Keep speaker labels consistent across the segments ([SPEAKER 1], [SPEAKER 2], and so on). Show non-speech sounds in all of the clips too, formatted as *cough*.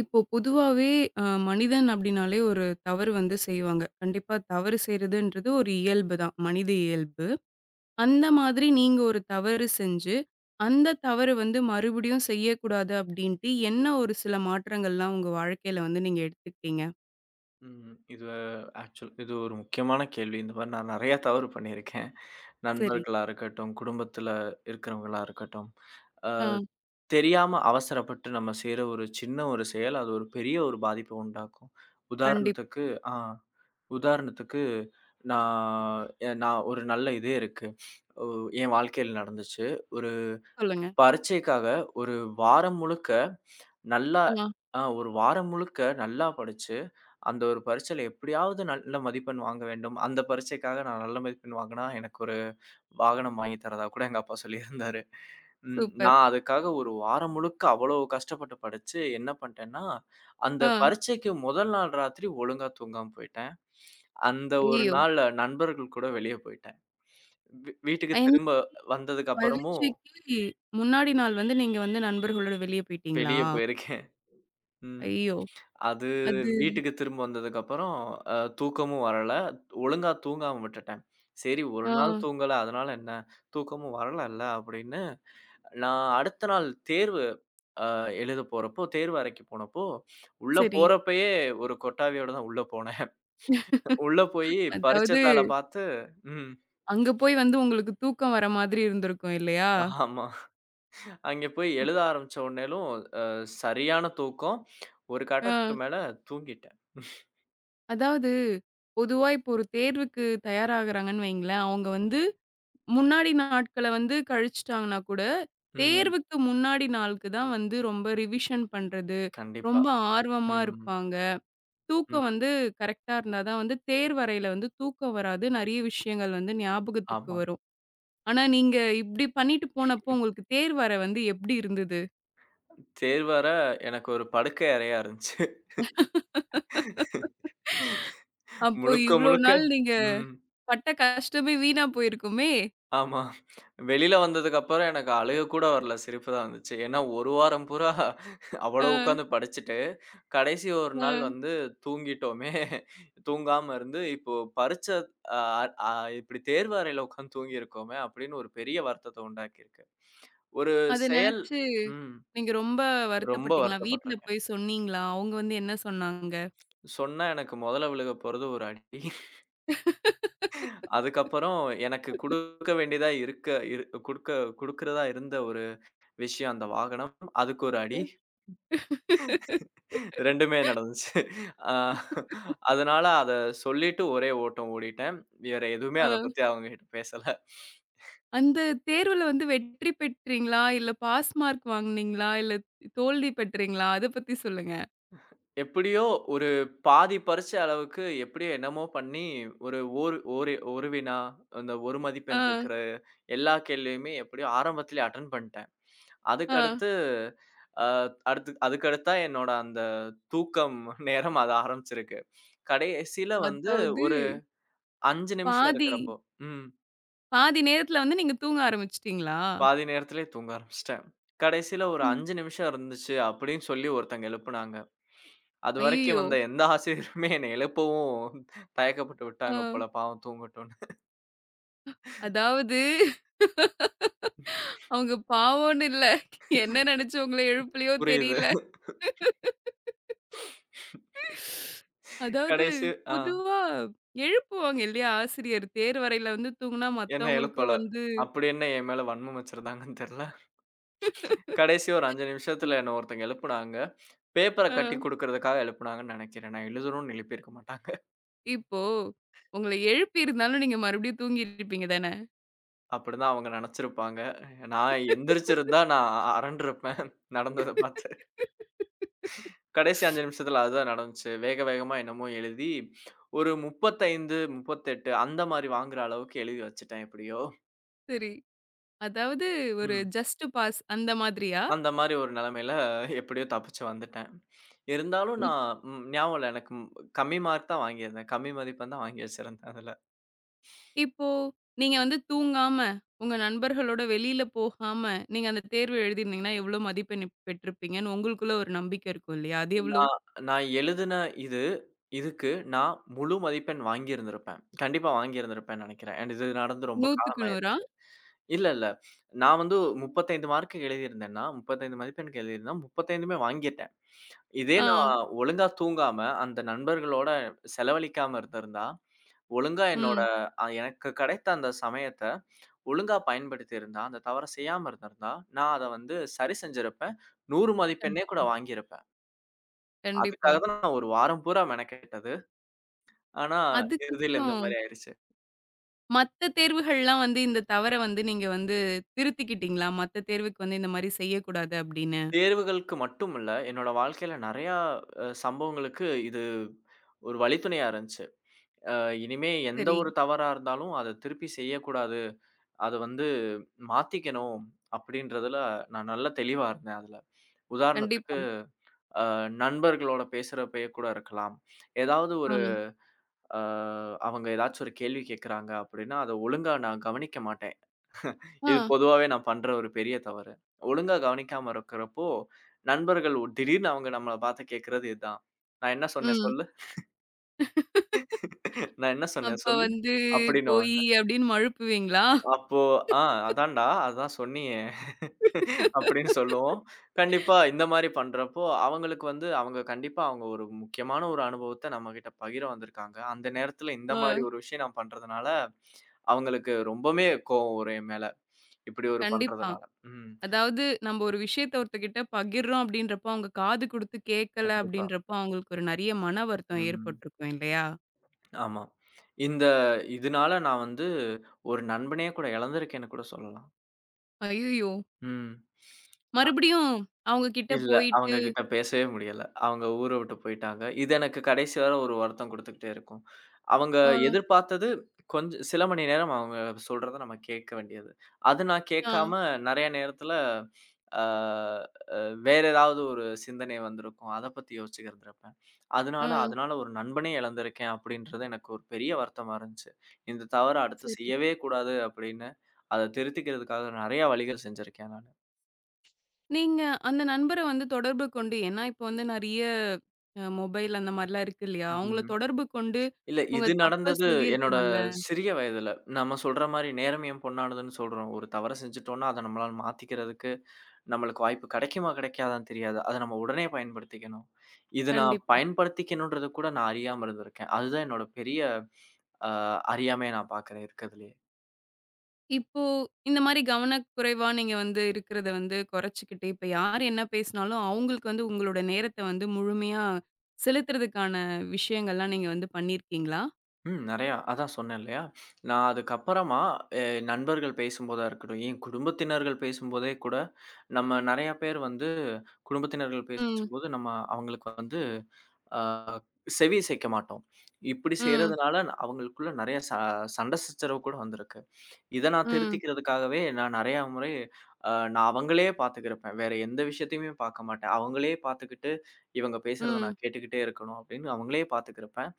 [SPEAKER 1] இப்போ பொதுவாவே மனிதன் அப்டின்னாலே ஒரு தவறு வந்து செய்வாங்க. கண்டிப்பா தவறு செய்றதுன்றது ஒரு இயல்பு தான். மனித இயல்பு. அந்த மாதிரி நீங்க ஒரு தவறு செஞ்சு, அந்த தவறு வந்து மறுபடியும் செய்யக்கூடாது அப்டின்ட்டு என்ன ஒரு சில மாற்றங்கள்லாம் உங்க வாழ்க்கையில வந்து நீங்க எடுத்துக்கிட்டீங்க?
[SPEAKER 2] ம். ஆக்சுவல் இது ஒரு முக்கியமான கேள்வி. இந்த மாரி நான் நெறைய தவறு பண்ணியிருக்கேன்.
[SPEAKER 1] சரி.
[SPEAKER 2] நண்பர்களா இருக்கட்டும், குடும்பத்தில இருக்கிறவங்களா இருக்கட்டும். அ
[SPEAKER 1] ஆ.
[SPEAKER 2] தெரியாம அவசரப்பட்டு நம்ம செய்ற ஒரு சின்ன ஒரு செயல், அது ஒரு பெரிய ஒரு பாதிப்ப உண்டாக்கும்.
[SPEAKER 1] கண்டிப்பா.
[SPEAKER 2] உதாரணத்துக்கு, ஆ உதாரணத்துக்கு நான் ஒரு நல்ல இது இருக்கு. ஒ என் வாழ்க்கையில நடந்துச்சு. ஒரு
[SPEAKER 1] சொல்லுங்க.
[SPEAKER 2] பரீட்சைக்காக ஒரு வாரம் முழுக்க நல்லா,
[SPEAKER 1] ஆ.
[SPEAKER 2] ஒரு வாரம் முழுக்க நல்லா படிச்சு அந்த ஒரு பரீட்சையில எப்படியாவது நல்ல மதிப்பெண் வாங்க வேண்டும். அந்த பரீட்சைக்காக நான் நல்ல மதிப்பெண் வாங்குனா, எனக்கு ஒரு வாகனம் வாங்கி தரதா கூட எங்க அப்பா சொல்லியிருந்தாரு. ம்.
[SPEAKER 1] சூப்பர்.
[SPEAKER 2] நான் அதுக்காக ஒரு வாரம் முழுக்க அவ்வளோ கஷ்டப்பட்டு படிச்சு என்ன பண்ட்டேன்னா, அந்த
[SPEAKER 1] ஆ.
[SPEAKER 2] பரீட்சைக்கு முதல் நாள் ராத்திரி ஒழுங்கா தூங்காம போயிட்டேன். அந்த ஒரு
[SPEAKER 1] ஐயய்யோ!
[SPEAKER 2] நாள் நண்பர்கள் கூட வெளிய போயிட்டேன். வீட்டுக்கு
[SPEAKER 1] என்ன
[SPEAKER 2] திரும்ப வந்ததுக்கு அப்புறமும்
[SPEAKER 1] பரீட்சைக்கு முன்னாடி நாள் வந்து நீங்க வந்து நண்பர்களோட வெளிய போயிட்டீங்களா?
[SPEAKER 2] வெளிய போயிருக்கேன். ம்.
[SPEAKER 1] ஐயோ!
[SPEAKER 2] அது
[SPEAKER 1] அது
[SPEAKER 2] வீட்டுக்கு திரும்ப வந்ததுக்கப்புறம், அ தூக்கமும் வரல. ஒழுங்கா தூங்காம விட்டுட்டேன். சரி, 1
[SPEAKER 1] ஆ.
[SPEAKER 2] நாள் தூங்கல, அதனால என்ன? தூக்கமும் வரலல்ல அப்படின்னு, நான் அடுத்த நாள் தேர்வு அ எழுத போறப்போ, தேர்வு அறைக்கு போனப்போ, உள்ள
[SPEAKER 1] சரி.
[SPEAKER 2] போறப்பயே ஒரு கொட்டாவியோட தான் உள்ள போனேன். *laughs* உள்ள போயி
[SPEAKER 1] அதாவது
[SPEAKER 2] பரீட்சைத்தாள பாத்து. ம்.
[SPEAKER 1] அங்க போய் வந்து உங்களுக்கு தூக்கம் வர மாதிரி இருந்திருக்கும் இல்லையா?
[SPEAKER 2] ஆமா. அங்க போய் எழுத ஆரம்பிச்ச உடனேலும் அ சரியான தூக்கம். ஒரு கட்டத்துக்கு
[SPEAKER 1] அ
[SPEAKER 2] மேல தூங்கிட்டேன்.
[SPEAKER 1] அதாவது
[SPEAKER 2] ம்.
[SPEAKER 1] பொதுவா இப்போ ஒரு தேர்வுக்கு தயாராகுறாங்கன்னு வைங்களேன், அவங்க வந்து முன்னாடி நாட்கள வந்து கழிச்சுட்டாங்கன்னா கூட,
[SPEAKER 2] ம்,
[SPEAKER 1] தேர்வுக்கு முன்னாடி நாளுக்கு தான் வந்து ரொம்ப ரிவிஷன் பண்றது,
[SPEAKER 2] கண்டிப்பா.
[SPEAKER 1] ரொம்ப ஆர்வமா
[SPEAKER 2] ம்.
[SPEAKER 1] இருப்பாங்க.
[SPEAKER 2] ம்.
[SPEAKER 1] தூக்கம் வந்து கரெக்ட்டா இருந்தா தான் வந்து தேர்வறையில வந்து தூக்கம் வராது. நெறைய விஷயங்கள் வந்து ஞாபகத்துக்கு
[SPEAKER 2] ஆமா.
[SPEAKER 1] வரும். ஆனா நீங்க இப்டி பண்ணிட்டு போனப்போ உங்களுக்கு தேர்வறை வந்து எப்டி இருந்தது?
[SPEAKER 2] தேர்வற எனக்கு ஒரு படுக்கை அறையா இருந்துச்சு.
[SPEAKER 1] அப்போ
[SPEAKER 2] முழுக்க,
[SPEAKER 1] இவ்ளோ
[SPEAKER 2] முழுக்க.
[SPEAKER 1] நாள் நீங்க
[SPEAKER 2] ம்.
[SPEAKER 1] பட்ட கஷ்டமே வீணா போயிருக்குமே!
[SPEAKER 2] ஆமா. வெளில வந்ததுக்கப்புறம் எனக்கு அழுக கூட வரல. சிரிப்பு தான் வந்துச்சு. ஏன்னா, 1 வாரம் பூரா அவ்வளோ
[SPEAKER 1] அ,
[SPEAKER 2] உட்காந்து படிச்சுட்டு, கடைசி ஒரு நாள்
[SPEAKER 1] அ.
[SPEAKER 2] வந்து தூங்கிட்டோமே! தூங்காம இருந்து, இப்போ பரீட்ச அ அ இப்படி தேர்வு அறையில உட்காந்து தூங்கியிருக்கோமே! அப்படின்னு ஒரு பெரிய வருத்தத்த உண்டாக்கியிருக்கு. ஒரு
[SPEAKER 1] அத
[SPEAKER 2] செயல்.
[SPEAKER 1] நெனச்சு
[SPEAKER 2] ம்.
[SPEAKER 1] நீங்க ரொம்ப
[SPEAKER 2] ரொம்ப
[SPEAKER 1] வருத்தப்பட்டீங்களா? வீட்ல
[SPEAKER 2] வருத்தப்பட்டுருக்கேன்.
[SPEAKER 1] போய் சொன்னீங்களா? அவங்க வந்து என்ன சொன்னாங்க?
[SPEAKER 2] சொன்னா எனக்கு மொதல்ல விழுக போறது ஒரு அடி. அதுக்கப்புறம் எனக்கு குடுக்க வேண்டியதா இருக்க இரு குடுக்க, குடுக்கிறதா இருந்த ஒரு விஷயம் அந்த வாகனம். அதுக்கு ஒரு அடி. 2மே நடந்துச்சு. அ அதனால அத சொல்லிட்டு ஒரே ஓட்டம் ஓடிட்டேன். வேற எதுவுமே அத
[SPEAKER 1] அ.
[SPEAKER 2] பத்தி அவங்ககிட்ட பேசல.
[SPEAKER 1] அந்த தேர்வுல வந்து வெற்றி பெற்றீங்களா? இல்ல பாஸ் மார்க் வாங்குனீங்களா? இல்ல தோல்வி பெற்றீங்களா? அத பத்தி சொல்லுங்க.
[SPEAKER 2] எப்படியோ ஒரு பாதி பரிட்சை அளவுக்கு எப்படியோ என்னமோ பண்ணி ஒரு வினா, அந்த ஒரு மதிப்பெண்
[SPEAKER 1] அ,
[SPEAKER 2] இருக்கிற எல்லா கேள்வியுமே எப்படியோ ஆரம்பத்திலேயே அட்டெண்ட் பண்ணிட்டேன். அதுக்கு
[SPEAKER 1] அ.
[SPEAKER 2] அடுத்து, அ அடுத்து அதுக்கு அடுத்தா என்னோட அந்த தூக்கம் *laughs* நேரம் அது ஆரம்பிச்சிருக்கு. கடைசில வந்து
[SPEAKER 1] அதாவது
[SPEAKER 2] ஒரு 5 நிமிஷம்
[SPEAKER 1] பாதி
[SPEAKER 2] இருக்கிறப்போ, ம்.
[SPEAKER 1] பாதி நேரத்துல வந்து நீங்க தூங்க ஆரம்பிச்சுட்டீங்களா?
[SPEAKER 2] பாதி நேரத்திலேயே தூங்க ஆரம்பிச்சுட்டேன். கடைசில ஒரு
[SPEAKER 1] ம்.
[SPEAKER 2] 5 நிமிஷம் இருந்துச்சு அப்படின்னு சொல்லி ஒருத்தங்க எழுப்புனாங்க. அதுவரைக்கும்
[SPEAKER 1] ஐய்யயோ!
[SPEAKER 2] வந்த எந்த ஆசிரியருமே என்னை எழுப்பவும் தயக்கப்பட்டு விட்டாங்க
[SPEAKER 1] அ.
[SPEAKER 2] போல, பாவம் தூங்கட்டும்ன்னு.
[SPEAKER 1] அதாவது அவங்க பாவம்ன்னு இல்ல. என்ன நெனச்சு உங்கள எழுப்பலையோ
[SPEAKER 2] புரியுது.
[SPEAKER 1] தெரியல. அதாவது
[SPEAKER 2] கடைசி, ஆ
[SPEAKER 1] பொதுவா எழுப்புவாங்க இல்லையா ஆசிரியர் தேர்வறையில வந்து தூங்குனா
[SPEAKER 2] என்ன எழுப்பல.
[SPEAKER 1] மத்தவங்களுக்கும் வந்து
[SPEAKER 2] அப்படி என்ன என் மேல வன்மம் வச்சிருந்தாங்கன்னு தெரியல. கடைசி ஒரு 5 நிமிஷத்துல என்ன ஒருத்தங்க எழுப்புனாங்க. பேப்பர
[SPEAKER 1] அ
[SPEAKER 2] கட்டி குடுக்குறதுக்காக எழுப்புனாங்கன்னு நெனைக்கிறேன். நான் எழுதணும்னு எழுப்பியிருக்க மாட்டாங்க.
[SPEAKER 1] இப்போ உங்கள எழுப்பியிருந்தாலும் நீங்க மறுபடியும் தூங்கியிருப்பீங்க தானே?
[SPEAKER 2] அப்படிதான் அவங்க நெனைச்சிருப்பாங்க. நான் எந்திரிச்சிருந்தா நான் அரண்டிருப்பேன் *laughs* நடந்தத பார்த்து. கடைசி 5 நிமிஷத்துல அதுதான் நடந்துச்சு. வேக வேகமா என்னமோ எழுதி ஒரு 35, 38 அந்த மாரி வாங்குற அளவுக்கு எழுதி வச்சுட்டேன் எப்படியோ.
[SPEAKER 1] சரி. அதாவது ஒரு
[SPEAKER 2] ம்.
[SPEAKER 1] ஜஸ்ட் பாஸ் அந்த மாதிரியா?
[SPEAKER 2] அந்த மாரி ஒரு நெலைமையில எப்படியோ தப்பிச்சு வந்துட்டேன். இருந்தாலும் நான் ம் ஞாபகம் இல்ல எனக்கு, ம், கம்மி மார்க் தான் வாங்கியிருந்தேன். கம்மி மதிப்பெண் தான் வாங்கி வச்சிருந்தேன் அதுல.
[SPEAKER 1] இப்போ நீங்க வந்து தூங்காம, உங்க நண்பர்களோட வெளியில போகாம, நீங்க அந்த தேர்வு எழுதியிருந்தீங்கன்னா, எவ்ளோ மதிப்பெண் இப்ப பெற்றிருப்பீங்கன்னு உங்களுக்குள்ள ஒரு நம்பிக்கை இருக்கும் இல்லையா? அது எவ்ளோ?
[SPEAKER 2] நான் நான் எழுதுன இது, இதுக்கு நான் முழு மதிப்பெண் வாங்கியிருந்திருப்பேன். கண்டிப்பா வாங்கியிருந்திருப்பேன்னு நெனைக்கிறேன். அண்ட் இது நடந்து ரொம்ப
[SPEAKER 1] 100க்கு
[SPEAKER 2] காலமாயிருச்சு.
[SPEAKER 1] 100ஆ?
[SPEAKER 2] இல்ல, இல்ல. நான் வந்து 35 மார்க்குக்கு எழுதியிருந்தேன்னா, 35 மதிப்பெண்க்கு எழுதியிருந்தா 35மே வாங்கிட்டேன். இதே நான்
[SPEAKER 1] ஆ.
[SPEAKER 2] ஒழுங்கா தூங்காம, அந்த நண்பர்களோட செலவழிக்காம இருந்திருந்தா, ஒழுங்கா என்னோட
[SPEAKER 1] ம்.
[SPEAKER 2] எனக்கு கிடைத்த அந்த சமயத்த ஒழுங்கா பயன்படுத்தியிருந்தா, அந்த தவற செய்யாம இருந்திருந்தா, நான் அத வந்து சரி செஞ்சிருப்பேன். 100 மதிப்பெண்ணே கூட
[SPEAKER 1] கண்டிப்பா,
[SPEAKER 2] வாங்கியிருப்பேன்.
[SPEAKER 1] கண்டிப்பா.
[SPEAKER 2] அதுக்காக தான் நான் ஒரு வாரம் பூரா மெனக்கெட்டது. ஆனா, இறுதியில இந்த
[SPEAKER 1] அதுக்கப்புறம்
[SPEAKER 2] மாரி ஆயிருச்சு.
[SPEAKER 1] மத்த தேர்வுகள்லாம் வந்து இந்த தவற வந்து நீங்க வந்து திருத்திக்கிட்டீங்களா? மத்த தேர்வுக்கு வந்து இந்த மாரி செய்யக்கூடாது அப்படின்னு.
[SPEAKER 2] தேர்வுகளுக்கு மட்டும் இல்ல, என்னோட வாழ்க்கையில நெறையா சம்பவங்களுக்கு இது ஒரு வழித்துணையா இருந்துச்சு. அ இனிமே எந்த
[SPEAKER 1] சரி.
[SPEAKER 2] ஒரு தவறா இருந்தாலும் அத திருப்பி செய்யக்கூடாது. அத வந்து மாத்திக்கணும் அப்படின்றதுல நான் நல்ல தெளிவா இருந்தேன் அதுல. உதாரணத்துக்கு,
[SPEAKER 1] கண்டிப்பா.
[SPEAKER 2] அ நண்பர்களோட பேசுறப்பயே கூட இருக்கலாம். ஏதாவது
[SPEAKER 1] ஆ.
[SPEAKER 2] ஒரு, அ அவங்க ஏதாச்சும் ஒரு கேள்வி கேட்கறாங்க அப்படின்னா, அத ஒழுங்கா நான் கவனிக்க மாட்டேன்.
[SPEAKER 1] ஆ.
[SPEAKER 2] இது பொதுவாவே நான் பண்ற ஒரு பெரிய தவறு. ஒழுங்கா கவனிக்காம இருக்கிறப்போ, நண்பர்கள் திடீர்னு அவங்க நம்மள பாத்து கேட்கிறது இதான். "நான் என்ன சொன்னேன்
[SPEAKER 1] ம்.
[SPEAKER 2] சொல்லு? *laughs* நான் என்ன சொன்னேன்
[SPEAKER 1] அப்ப
[SPEAKER 2] சொல்லு?"
[SPEAKER 1] வந்து போயி
[SPEAKER 2] அப்படின்னுவாங்க.
[SPEAKER 1] அப்படின்னு மழுப்புவீங்களா?
[SPEAKER 2] அப்போ, "ஆ அதான்டா, அதான் சொன்னியே" *laughs* அப்படின்னு சொல்லுவோம். கண்டிப்பா இந்த மாரி பண்றப்போ, அவங்களுக்கு வந்து அவங்க கண்டிப்பா அவங்க ஒரு முக்கியமான ஒரு அனுபவத்த நம்மகிட்ட பகிர வந்திருக்காங்க. அந்த நேரத்துல இந்த மாரி
[SPEAKER 1] ஆ.
[SPEAKER 2] ஒரு விஷயம் நான் பண்றதுனால, அவங்களுக்கு ரொம்பவுமே கோவம் வரும் என் மேல. இப்படி ஒரு
[SPEAKER 1] கண்டிப்பா.
[SPEAKER 2] பண்றதுனால. ம்.
[SPEAKER 1] அதாவது நம்ம ஒரு விஷயத்த ஒருத்தர்கிட்ட பகிர்றோம் அப்படின்றப்போ, அவங்க காது குடுத்து கேட்கல
[SPEAKER 2] கண்டிப்பா.
[SPEAKER 1] அப்படின்றப்போ, அவங்களுக்கு ஒரு நெறைய மன வருத்தம்
[SPEAKER 2] ம்.
[SPEAKER 1] ஏற்பட்டுருக்கும் இல்லையா?
[SPEAKER 2] ஆமா. இந்த இதனால நான் வந்து ஒரு நண்பனே கூட இழந்திருக்கேன்னு கூட சொல்லலாம்.
[SPEAKER 1] அய்யய்யோ!
[SPEAKER 2] ம்.
[SPEAKER 1] மறுபடியும் அவங்க கிட்ட
[SPEAKER 2] இல்ல.
[SPEAKER 1] போயிட்டு
[SPEAKER 2] அவங்க கிட்ட பேசவே முடியல. அவங்க ஊர விட்டு போயிட்டாங்க. இது எனக்கு கடைசி வர ஒரு வருத்தம் குடுத்துக்கிட்டே இருக்கும். அவங்க
[SPEAKER 1] ஆ.
[SPEAKER 2] எதிர்பார்த்தது கொஞ்சம் சில மணி நேரம் அவங்க சொல்றத நம்ம கேட்க வேண்டியது. அது நான்
[SPEAKER 1] ஆ,
[SPEAKER 2] கேட்காம நெறைய நேரத்துல அ அ வேற ஏதாவது ஒரு சிந்தனை வந்திருக்கும். அத பத்தி யோசிச்சிருந்திருப்பேன்.
[SPEAKER 1] ஆ.
[SPEAKER 2] அதனால அதனால ஒரு நண்பனே இழந்திருக்கேன் அப்டின்றது எனக்கு ஒரு பெரிய வருத்தமா இருந்துச்சு. இந்த தவற அடுத்து
[SPEAKER 1] சரி.
[SPEAKER 2] செய்யவே கூடாது அப்டின்னு, அத திருத்திக்கிறதுக்காக நெறைய வழிகள் செஞ்சிருக்கேன் நானு.
[SPEAKER 1] நீங்க அந்த நண்பர வந்து தொடர்பு கொண்டு ஏன்னா இப்போ வந்து நெறைய மொபைல் அந்த மாரிலாம் இருக்கு இல்லையா? அவங்கள
[SPEAKER 2] ம்.
[SPEAKER 1] தொடர்பு கொண்டு
[SPEAKER 2] இல்ல.
[SPEAKER 1] உங்க
[SPEAKER 2] இது
[SPEAKER 1] தப்ப
[SPEAKER 2] நடந்தது என்னோட
[SPEAKER 1] சொல்லியிருக்கலாம்ல.
[SPEAKER 2] சிறிய வயதுல. நம்ம சொல்ற மாரி நேரம் என் பொன்னானதுன்னு சொல்றோம். ஒரு தவற செஞ்சுட்டோம்னா, அத நம்மளால மாத்திக்கிறதுக்கு நம்மளுக்கு வாய்ப்பு கிடைக்குமா, கிடைக்காதான்னு தெரியாது. அத நம்ம உடனே பயன்படுத்திக்கணும். இது நான்
[SPEAKER 1] கண்டிப்பா.
[SPEAKER 2] பயன்படுத்திக்கணும்ன்றத கூட நான் அறியாம இருந்திருக்கேன். அதுதான் என்னோட பெரிய அ அறியாமையா நான் பார்க்கிறேன் இருக்கிறதுலயே.
[SPEAKER 1] இப்போ இந்த மாரி கவனக்குறைவா நீங்க வந்து இருக்கிறத வந்து குறைச்சுக்கிட்டு, இப்ப யார் என்ன பேசினாலும் அவங்களுக்கு வந்து உங்களோட நேரத்த வந்து முழுமையா செலுத்துறதுக்கான விஷயங்கள்லாம் நீங்க வந்து பண்ணியிருக்கீங்களா?
[SPEAKER 2] ம். நெறையா. அதான் சொன்னேன் இல்லையா? நான் அதுக்கப்புறமா எ நண்பர்கள் பேசும்போதா இருக்கட்டும், என் குடும்பத்தினர்கள் பேசும்போதே கூட, நம்ம நெறையா பேர் வந்து குடும்பத்தினர்கள்
[SPEAKER 1] ம்,
[SPEAKER 2] பேசும்போது நம்ம அவங்களுக்கு வந்து அ செவி சேய்க்க மாட்டோம். இப்படி
[SPEAKER 1] ம்,
[SPEAKER 2] செய்றதுனால அவங்களுக்குள்ள நெறையா சண்டை சச்சரவு கூட வந்திருக்கு. இத நான்
[SPEAKER 1] ம்,
[SPEAKER 2] திருத்திக்கிறதுக்காகவே நான் நெறையா முறை நான் அவங்களையே பார்த்துக்கிருப்பேன். வேற எந்த விஷயத்தையுமே பார்க்க மாட்டேன். அவங்களே பார்த்துக்கிட்டு, இவங்க பேசுறத
[SPEAKER 1] ம்,
[SPEAKER 2] நான் கேட்டுக்கிட்டே இருக்கணும் அப்படின்னு அவங்களே பார்த்துக்கிருப்பேன்.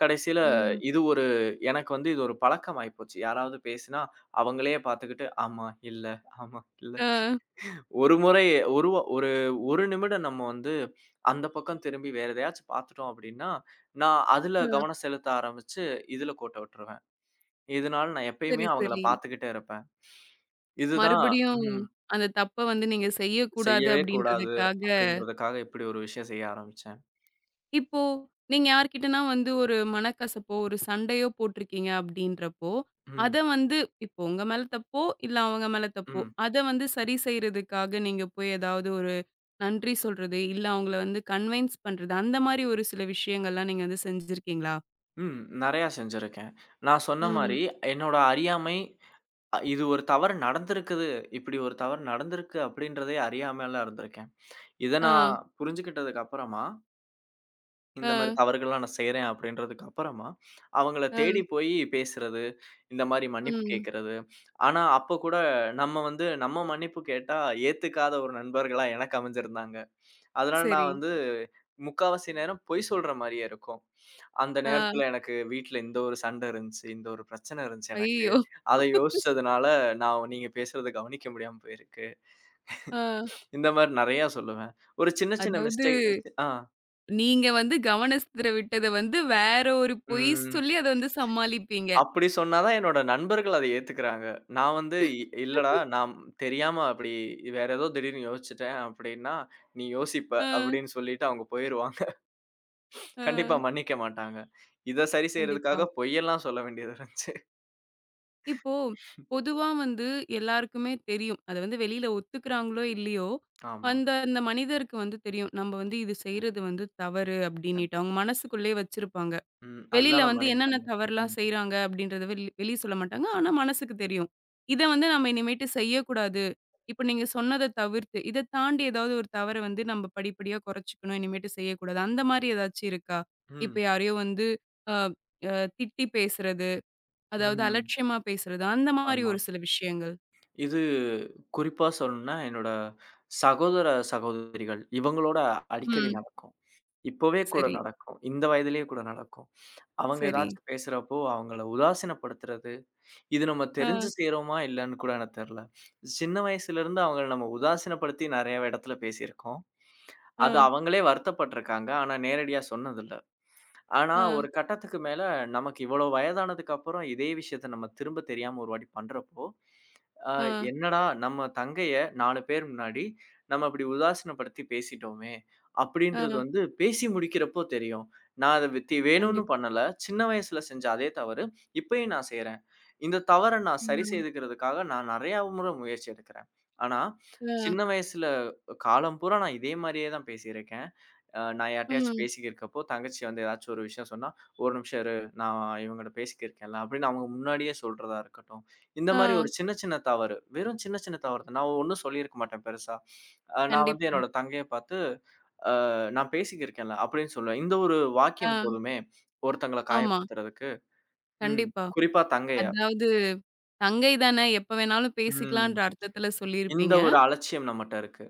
[SPEAKER 2] கடைசியில
[SPEAKER 1] ம்.
[SPEAKER 2] இது ஒரு, எனக்கு வந்து இது ஒரு பழக்கமாயி போச்சு. யாராவது பேசினா, அவங்களே பார்த்துக்கிட்டு, "ஆமா, இல்ல, ஆமா, இல்ல."
[SPEAKER 1] அ,
[SPEAKER 2] ஒரு முறை, ஒரு 1 நிமிடம் நம்ம வந்து அந்த பக்கம் திரும்பி வேற எதையாச்சும் பார்த்துட்டோம் அப்படின்னா, நான் அதுல
[SPEAKER 1] அ.
[SPEAKER 2] கவனம் செலுத்த ஆரம்பிச்சு, இதுல கோட்ட விட்டுருவேன். இதனால நான் எப்பயுமே
[SPEAKER 1] சரி,
[SPEAKER 2] அவங்கள
[SPEAKER 1] சரி.
[SPEAKER 2] பார்த்துக்கிட்டே இருப்பேன். இதுதான்.
[SPEAKER 1] மறுபடியும்
[SPEAKER 2] ம்.
[SPEAKER 1] அந்த தப்ப வந்து நீங்க செய்யக்கூடாது
[SPEAKER 2] செய்யவே கூடாது
[SPEAKER 1] அப்படின்றதுக்காக
[SPEAKER 2] அப்படின்றதுக்காக இப்படி ஒரு விஷயம் செய்ய ஆரம்பிச்சேன்.
[SPEAKER 1] இப்போ நீங்க யார்கிட்டனா வந்து ஒரு மனக்கசப்போ, ஒரு சண்டையோ போட்டுருக்கீங்க அப்படின்றப்போ,
[SPEAKER 2] ம்,
[SPEAKER 1] அத வந்து இப்போ உங்க மேல தப்போ, இல்ல அவங்க மேல தப்போ,
[SPEAKER 2] ம்,
[SPEAKER 1] அத வந்து சரி செய்றதுக்காக நீங்க போய் ஏதாவது ஒரு நன்றி சொல்றது, இல்ல அவங்கள வந்து கன்வின்ஸ் பண்றது, அந்த மாரி ஒரு சில விஷயங்கள்லாம் நீங்க வந்து செஞ்சிருக்கீங்களா?
[SPEAKER 2] ம். நெறையா செஞ்சிருக்கேன். நான் சொன்ன
[SPEAKER 1] ம்.
[SPEAKER 2] மாரி என்னோட அறியாமை, இது ஒரு தவறு நடந்திருக்குது. இப்படி ஒரு தவறு நடந்திருக்கு அப்படின்றதே அறியாமலாம் இருந்திருக்கேன். இத நான்
[SPEAKER 1] ஆ,
[SPEAKER 2] புரிஞ்சுக்கிட்டதுக்கு அப்புறமா, இந்த மாரி
[SPEAKER 1] ஆ,
[SPEAKER 2] தவறுகள்லாம் நான் செய்றேன் அப்படின்றதுக்கு அப்புறமா, அவங்கள
[SPEAKER 1] ஆ,
[SPEAKER 2] தேடி போய் பேசுறது, இந்த மாரி மன்னிப்பு
[SPEAKER 1] ம்.
[SPEAKER 2] கேட்கறது. ஆனா, அப்போ கூட நம்ம வந்து நம்ம மன்னிப்பு கேட்டா ஏத்துக்காத ஒரு நண்பர்களா எனக்கு அமைஞ்சிருந்தாங்க. அதனால
[SPEAKER 1] சரி.
[SPEAKER 2] நான் வந்து முக்காவாசி நேரம் பொய் சொல்ற மாரியே இருக்கும். அந்த நேரத்துல
[SPEAKER 1] ஆ.
[SPEAKER 2] எனக்கு வீட்ல இந்த ஒரு சண்டை இருந்துச்சு. இந்த ஒரு பிரச்சனை இருந்துச்சு எனக்கு.
[SPEAKER 1] ஐயய்யோ!
[SPEAKER 2] அத யோசிச்சதுனால, நான் நீங்க பேசுறத கவனிக்க முடியாம போயிருக்கு.
[SPEAKER 1] ஆ.
[SPEAKER 2] இந்த மாரி நெறையா சொல்லுவேன். ஒரு சின்ன சின்ன
[SPEAKER 1] அதாவது
[SPEAKER 2] மிஸ்டேக். ஆ.
[SPEAKER 1] நீங்க வந்து கவனஸ்திர விட்டத வந்து வேற ஒரு பொய்
[SPEAKER 2] ம்.
[SPEAKER 1] சொல்லி அத வந்து சமாளிப்பீங்க.
[SPEAKER 2] அப்படி சொன்னா தான் என்னோட நண்பர்கள் அத ஏத்துக்கிறாங்க. நான் வந்து, இல்லடா நான் தெரியாம அப்படி வேற ஏதோ திடீர்னு யோசிச்சுட்டேன் அப்படின்னா, நீ யோசிப்ப"
[SPEAKER 1] ஆ,
[SPEAKER 2] அப்படின்னு சொல்லிட்டு அவங்க போயிருவாங்க. *laughs*
[SPEAKER 1] ஆ.
[SPEAKER 2] கண்டிப்பா மன்னிக்க மாட்டாங்க. இத சரி
[SPEAKER 1] கண்டிப்பா.
[SPEAKER 2] செய்யறதுக்காக பொய்யெல்லாம் சொல்ல வேண்டியது இருந்துச்சு.
[SPEAKER 1] இப்போ பொதுவா வந்து எல்லாருக்குமே தெரியும். அத வந்து வெளியில ஒத்துக்கிறாங்களோ! இல்லையோ!
[SPEAKER 2] ஆமா.
[SPEAKER 1] அந்த அந்த மனிதருக்கு வந்து தெரியும். நம்ம வந்து இது செய்றது வந்து தவறு அப்பிடின்னிட்டு. அவுங்க மனசுக்குள்ளேயே வச்சிருப்பாங்க.
[SPEAKER 2] ம்.
[SPEAKER 1] வெளியில
[SPEAKER 2] அதுதான் நான்
[SPEAKER 1] வந்து என்னென்ன
[SPEAKER 2] மனிதத்தன்மை.
[SPEAKER 1] தவறுலாம்
[SPEAKER 2] ம்.
[SPEAKER 1] செய்றாங்க அப்பிடின்றத வெளி வெளிய சொல்ல மாட்டாங்க. ஆனா, மனசுக்கு தெரியும். இத வந்து நம்ம இனிமேட்டு செய்யக்கூடாது. இப்ப நீங்க சொன்னத தவிர்த்து, இத தாண்டி ஏதாவது ஒரு தவற வந்து நம்ம படிப்படியா குறைச்சுக்கணும். இனிமேட்டு செய்யக்கூடாது. அந்தமாரி ஏதாச்சும் இருக்கா? இப்ப
[SPEAKER 2] ம்.
[SPEAKER 1] யாரையோ வந்து அ, அ. திட்டி பேசுறது. அதாவது
[SPEAKER 2] ம்.
[SPEAKER 1] அலட்சியமா பேசுறது, அந்த மாரி
[SPEAKER 2] ஆமா.
[SPEAKER 1] ஒரு சில விஷயங்கள்.
[SPEAKER 2] இது குறிப்பா சொல்லணும்னா, என்னோட சகோதர, சகோதரிகள் இவங்களோட அடிக்கடி
[SPEAKER 1] ம்.
[SPEAKER 2] நடக்கும். இப்பவே கூட
[SPEAKER 1] சரி,
[SPEAKER 2] நடக்கும். இந்த வயதிலேயே கூட நடக்கும். அவங்க
[SPEAKER 1] சரி.
[SPEAKER 2] ஏதாச்சும் பேசுறப்போ அவங்கள உதாசீனப்படுத்துறது, இது நம்ம
[SPEAKER 1] அ,
[SPEAKER 2] தெரிஞ்சு செய்றோமா இல்லன்னு கூட எனக்கு தெரியல. சின்ன வயசுலருந்து அவங்கள நம்ம உதாசீனப்படுத்தி நெறைய இடத்துல பேசியிருக்கோம்.
[SPEAKER 1] அ,
[SPEAKER 2] அது அவங்களே வருத்தப்பட்டுருக்காங்க. ஆனா நேரடியா சொன்னதில்ல. ஆனா
[SPEAKER 1] அ,
[SPEAKER 2] ஒரு கட்டத்துக்கு மேல நமக்கு இவ்வளோ வயதானதுக்கு அப்புறம் இதே விஷயத்த நம்ம திரும்ப தெரியாம ஒரு வாட்டி பண்றப்போ, ஆ
[SPEAKER 1] அ,
[SPEAKER 2] என்னடா நம்ம தங்கைய 4 பேர் முன்னாடி நம்ம இப்படி உதாசீனப்படுத்தி பேசிட்டோமே! அப்படின்றது
[SPEAKER 1] அ.
[SPEAKER 2] வந்து பேசி முடிக்கிறப்போ தெரியும். நான் அத வேணும்னு
[SPEAKER 1] கண்டிப்பா.
[SPEAKER 2] பண்ணல. சின்ன வயசுல செஞ்ச அதே தவறு இப்பயும் நான் செய்றேன். இந்த தவற நான் சரி
[SPEAKER 1] ம்.
[SPEAKER 2] செய்துக்கிறதுக்காக நான் நெறையா முறை முயற்சி எடுக்கிறேன். ஆனா,
[SPEAKER 1] அ,
[SPEAKER 2] சின்ன வயசுல காலம் பூரா நான் இதே மாரியே தான் பேசியிருக்கேன். நான் யார்ட்டயாச்சும்
[SPEAKER 1] ம்.
[SPEAKER 2] பேசிக்கிருக்கப்போ, தங்கச்சி வந்து ஏதாச்சும் ஒரு விஷயம் சொன்னா, "ஒரு நிமிஷம் இரு, நான் இவங்கட்ட பேசிக்கிருக்கேன்ல" அப்படின்னு அவங்க முன்னாடியே சொல்றதா இருக்கட்டும். இந்த மாரி
[SPEAKER 1] அ.
[SPEAKER 2] ஒரு சின்ன சின்ன தவறு, வெறும் சின்ன சின்ன தவறு தான். நான் ஒண்ணும் சொல்லியிருக்க மாட்டேன் பெருசா. நான் வந்து
[SPEAKER 1] கண்டிப்பா.
[SPEAKER 2] என்னோட தங்கைய பார்த்து, "அ நான் பேசிக்கிருக்கேன்ல" அப்படின்னு சொல்லுவேன். இந்த ஒரு வாக்கியம்
[SPEAKER 1] அ.
[SPEAKER 2] போதுமே, ஒருத்தங்கள
[SPEAKER 1] ஆமா.
[SPEAKER 2] காயப்படுத்துறதுக்கு. ம்.
[SPEAKER 1] கண்டிப்பா.
[SPEAKER 2] குறிப்பா தங்கைய.
[SPEAKER 1] அதாவது தங்கை தானே எப்ப வேணாலும்
[SPEAKER 2] ம்.
[SPEAKER 1] பேசிக்கலான்ற அர்த்தத்துல
[SPEAKER 2] இந்த
[SPEAKER 1] சொல்லியிருப்பீங்க.
[SPEAKER 2] ஒரு அலட்சியம் நம்மட்ட இருக்கு.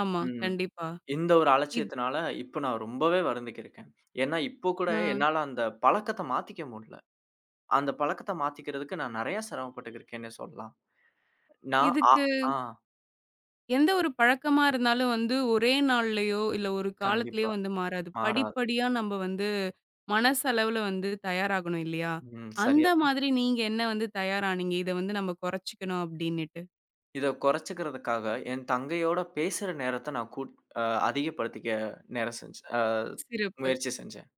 [SPEAKER 1] ஆமா.
[SPEAKER 2] ம்.
[SPEAKER 1] கண்டிப்பா.
[SPEAKER 2] இந்த ஒரு
[SPEAKER 1] இத்
[SPEAKER 2] அலட்சியத்தினால இப்ப நான் ரொம்பவே வருந்திக்கிருக்கேன். ஏன்னா இப்போ கூட
[SPEAKER 1] அ
[SPEAKER 2] என்னால அந்த பழக்கத்த மாத்திக்க முடில. அந்த பழக்கத்த மாத்திக்கிறதுக்கு நான் நெறையா சிரமப்பட்டுக்கிருக்கேன்னே சொல்லலாம். நான் ஆ
[SPEAKER 1] இதுக்கு
[SPEAKER 2] ஆ
[SPEAKER 1] எந்த ஒரு பழக்கமா இருந்தாலும் வந்து ஒரே நாள்லயோ, இல்ல ஒரு காலத்திலயோ
[SPEAKER 2] கண்டிப்பா.
[SPEAKER 1] வந்து மாறாது.
[SPEAKER 2] மாறாது.
[SPEAKER 1] படிப்படியா நம்ம வந்து மனசளவுல வந்து தயாராகணும் இல்லையா?
[SPEAKER 2] ம். சரியா
[SPEAKER 1] அந்த
[SPEAKER 2] சொன்னீங்க.
[SPEAKER 1] மாதிரி நீங்க என்ன வந்து தயாரானீங்க? இத வந்து நம்ம குறைச்சுக்கணும் அப்டின்னுட்டு.
[SPEAKER 2] இத குறைச்சுக்கிறதுக்காக, என் தங்கையோட பேசுற நேரத்த நான் கூட் அ அதிகப்படுத்திக்க நேரம் செஞ்சேன்.
[SPEAKER 1] சிறப்பு.
[SPEAKER 2] முயற்சி செஞ்சேன்.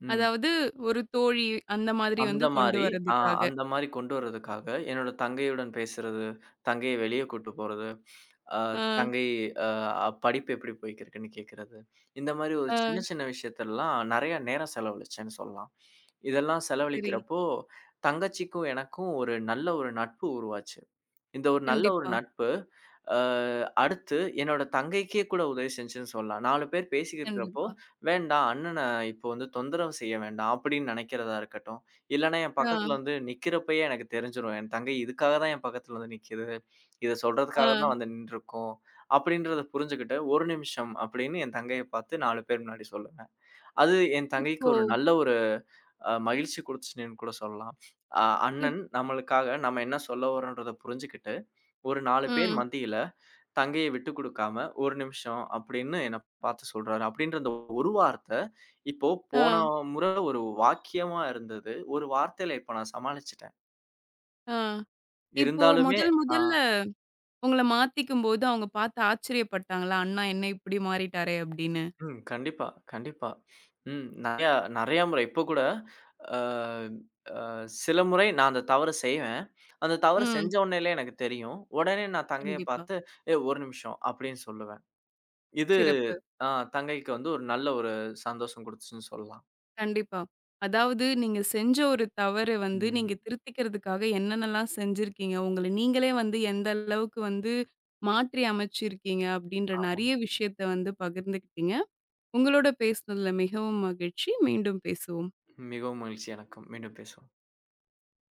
[SPEAKER 2] ம்.
[SPEAKER 1] அதாவது ஒரு தோழி அந்த மாதிரி
[SPEAKER 2] அந்த
[SPEAKER 1] வந்து கொண்டு
[SPEAKER 2] மாரி, ஆ
[SPEAKER 1] வர்றதுக்காக.
[SPEAKER 2] அந்த மாரி கொண்டு வரதுக்காக, என்னோட தங்கையுடன் பேசுறது, தங்கைய வெளிய கூட்டு போறது, அ
[SPEAKER 1] ஆ,
[SPEAKER 2] தங்கை அ படிப்பு எப்படி போய்க்கிருக்குன்னு கேட்கறது. இந்த மாரி ஒரு சின்ன
[SPEAKER 1] ஆ.
[SPEAKER 2] சின்ன விஷயத்தெல்லாம் நெறைய நேரம் செலவழிச்சேன்னு சொல்லலாம். இதெல்லாம்
[SPEAKER 1] சரி.
[SPEAKER 2] செலவழிக்கிறப்போ, தங்கச்சிக்கும் எனக்கும் ஒரு நல்ல ஒரு நட்பு உருவாச்சு. இந்த ஒரு நல்ல ஒரு
[SPEAKER 1] கண்டிப்பா,
[SPEAKER 2] நட்பு, அ அடுத்து என்னோட தங்கைக்கே கூட உதவி செஞ்சுன்னு சொல்லலாம். 4 பேர் பேசிக்கிருக்கிறப்போ,
[SPEAKER 1] கண்டிப்பா.
[SPEAKER 2] "வேண்டாம் அண்ணன இப்போ வந்து தொந்தரவு செய்ய வேண்டாம்" அப்படின்னு நெனைக்கிறதா இருக்கட்டும், இல்லன்னா என்
[SPEAKER 1] ஆ,
[SPEAKER 2] பக்கத்துல வந்து நிக்கிறப்பயே எனக்கு தெரிஞ்சிரும். என் தங்கை இதுக்காக தான் என் பக்கத்துல வந்து நிக்கிது. இத சொல்றதுக்காக தான்
[SPEAKER 1] ஆ.
[SPEAKER 2] வந்து நின்றுருக்கும். அப்படின்றத புரிஞ்சுகிட்டு, "ஒரு நிமிஷம்" அப்படின்னு என் தங்கைய பார்த்து 4 பேர் முன்னாடி சொல்லுவேன். அது என் தங்கைக்கு
[SPEAKER 1] இப்போ
[SPEAKER 2] ஒரு நல்ல ஒரு, மகிழ்ச்சி குடுத்துச்சுன்னு கூட சொல்லலாம். அ
[SPEAKER 1] இப்
[SPEAKER 2] அண்ணன் நம்மளுக்காக நம்ம என்ன சொல்ல வரோன்றத புரிஞ்சுகிட்டு ஒரு 4 பேர்
[SPEAKER 1] ம்.
[SPEAKER 2] மத்தியில தங்கைய விட்டுக் குடுக்காம, "1 நிமிஷம்" அப்படின்னு என்ன பார்த்து சொல்றாரு. அப்படின்ற அந்த ஒரு வார்த்த, இப்போ போன
[SPEAKER 1] ஆ,
[SPEAKER 2] முறை ஒரு வாக்கியமா இருந்தது. ஒரு வார்த்தையில இப்ப நான் சமாளிச்சுட்டேன்.
[SPEAKER 1] ஆ. இப்போ
[SPEAKER 2] இருந்தாலுமே,
[SPEAKER 1] முதல்
[SPEAKER 2] ஆ
[SPEAKER 1] முதல்ல உங்கள மாத்திக்கும்போது அவங்க பார்த்து ஆச்சரியப்பட்டாங்களா? அண்ணா என்ன இப்படி மாறிட்டாரே அப்படின்னு.
[SPEAKER 2] ம். கண்டிப்பா, கண்டிப்பா. ம். நெறையா நெறையா முறை இப்ப கூட அ அ சில முறை நான் அந்த தவற செய்வேன். அந்த தவறு
[SPEAKER 1] ம்.
[SPEAKER 2] செஞ்ச உடனேலே எனக்கு தெரியும். உடனே நான் தங்கைய
[SPEAKER 1] கண்டிப்பா.
[SPEAKER 2] பார்த்து, "ஏய் 1 நிமிஷம்" அப்படின்னு சொல்லுவேன். இது,
[SPEAKER 1] சிறப்பு.
[SPEAKER 2] ஆ தங்கைக்கு வந்து ஒரு நல்ல ஒரு சந்தோஷம் குடுத்துச்சுன்னு சொல்லலாம்.
[SPEAKER 1] கண்டிப்பா. அதாவது நீங்க செஞ்ச ஒரு தவறு வந்து நீங்க
[SPEAKER 2] ம்.
[SPEAKER 1] திருத்திக்கிறதுக்காக என்னென்னலாம் செஞ்சிருக்கீங்க? உங்கள நீங்களே வந்து எந்த அளவுக்கு வந்து மாற்றி அமைச்சிருக்கீங்க? அப்படின்ற
[SPEAKER 2] ஆமா.
[SPEAKER 1] நெறைய விஷயத்த வந்து பகிர்ந்துக்கிட்டீங்க. உங்களோட பேசுனதுல மிகவும் மகிழ்ச்சி. மீண்டும் பேசுவோம்.
[SPEAKER 2] மிகவும் மகிழ்ச்சி எனக்கும். மீண்டும் பேசுவோம்.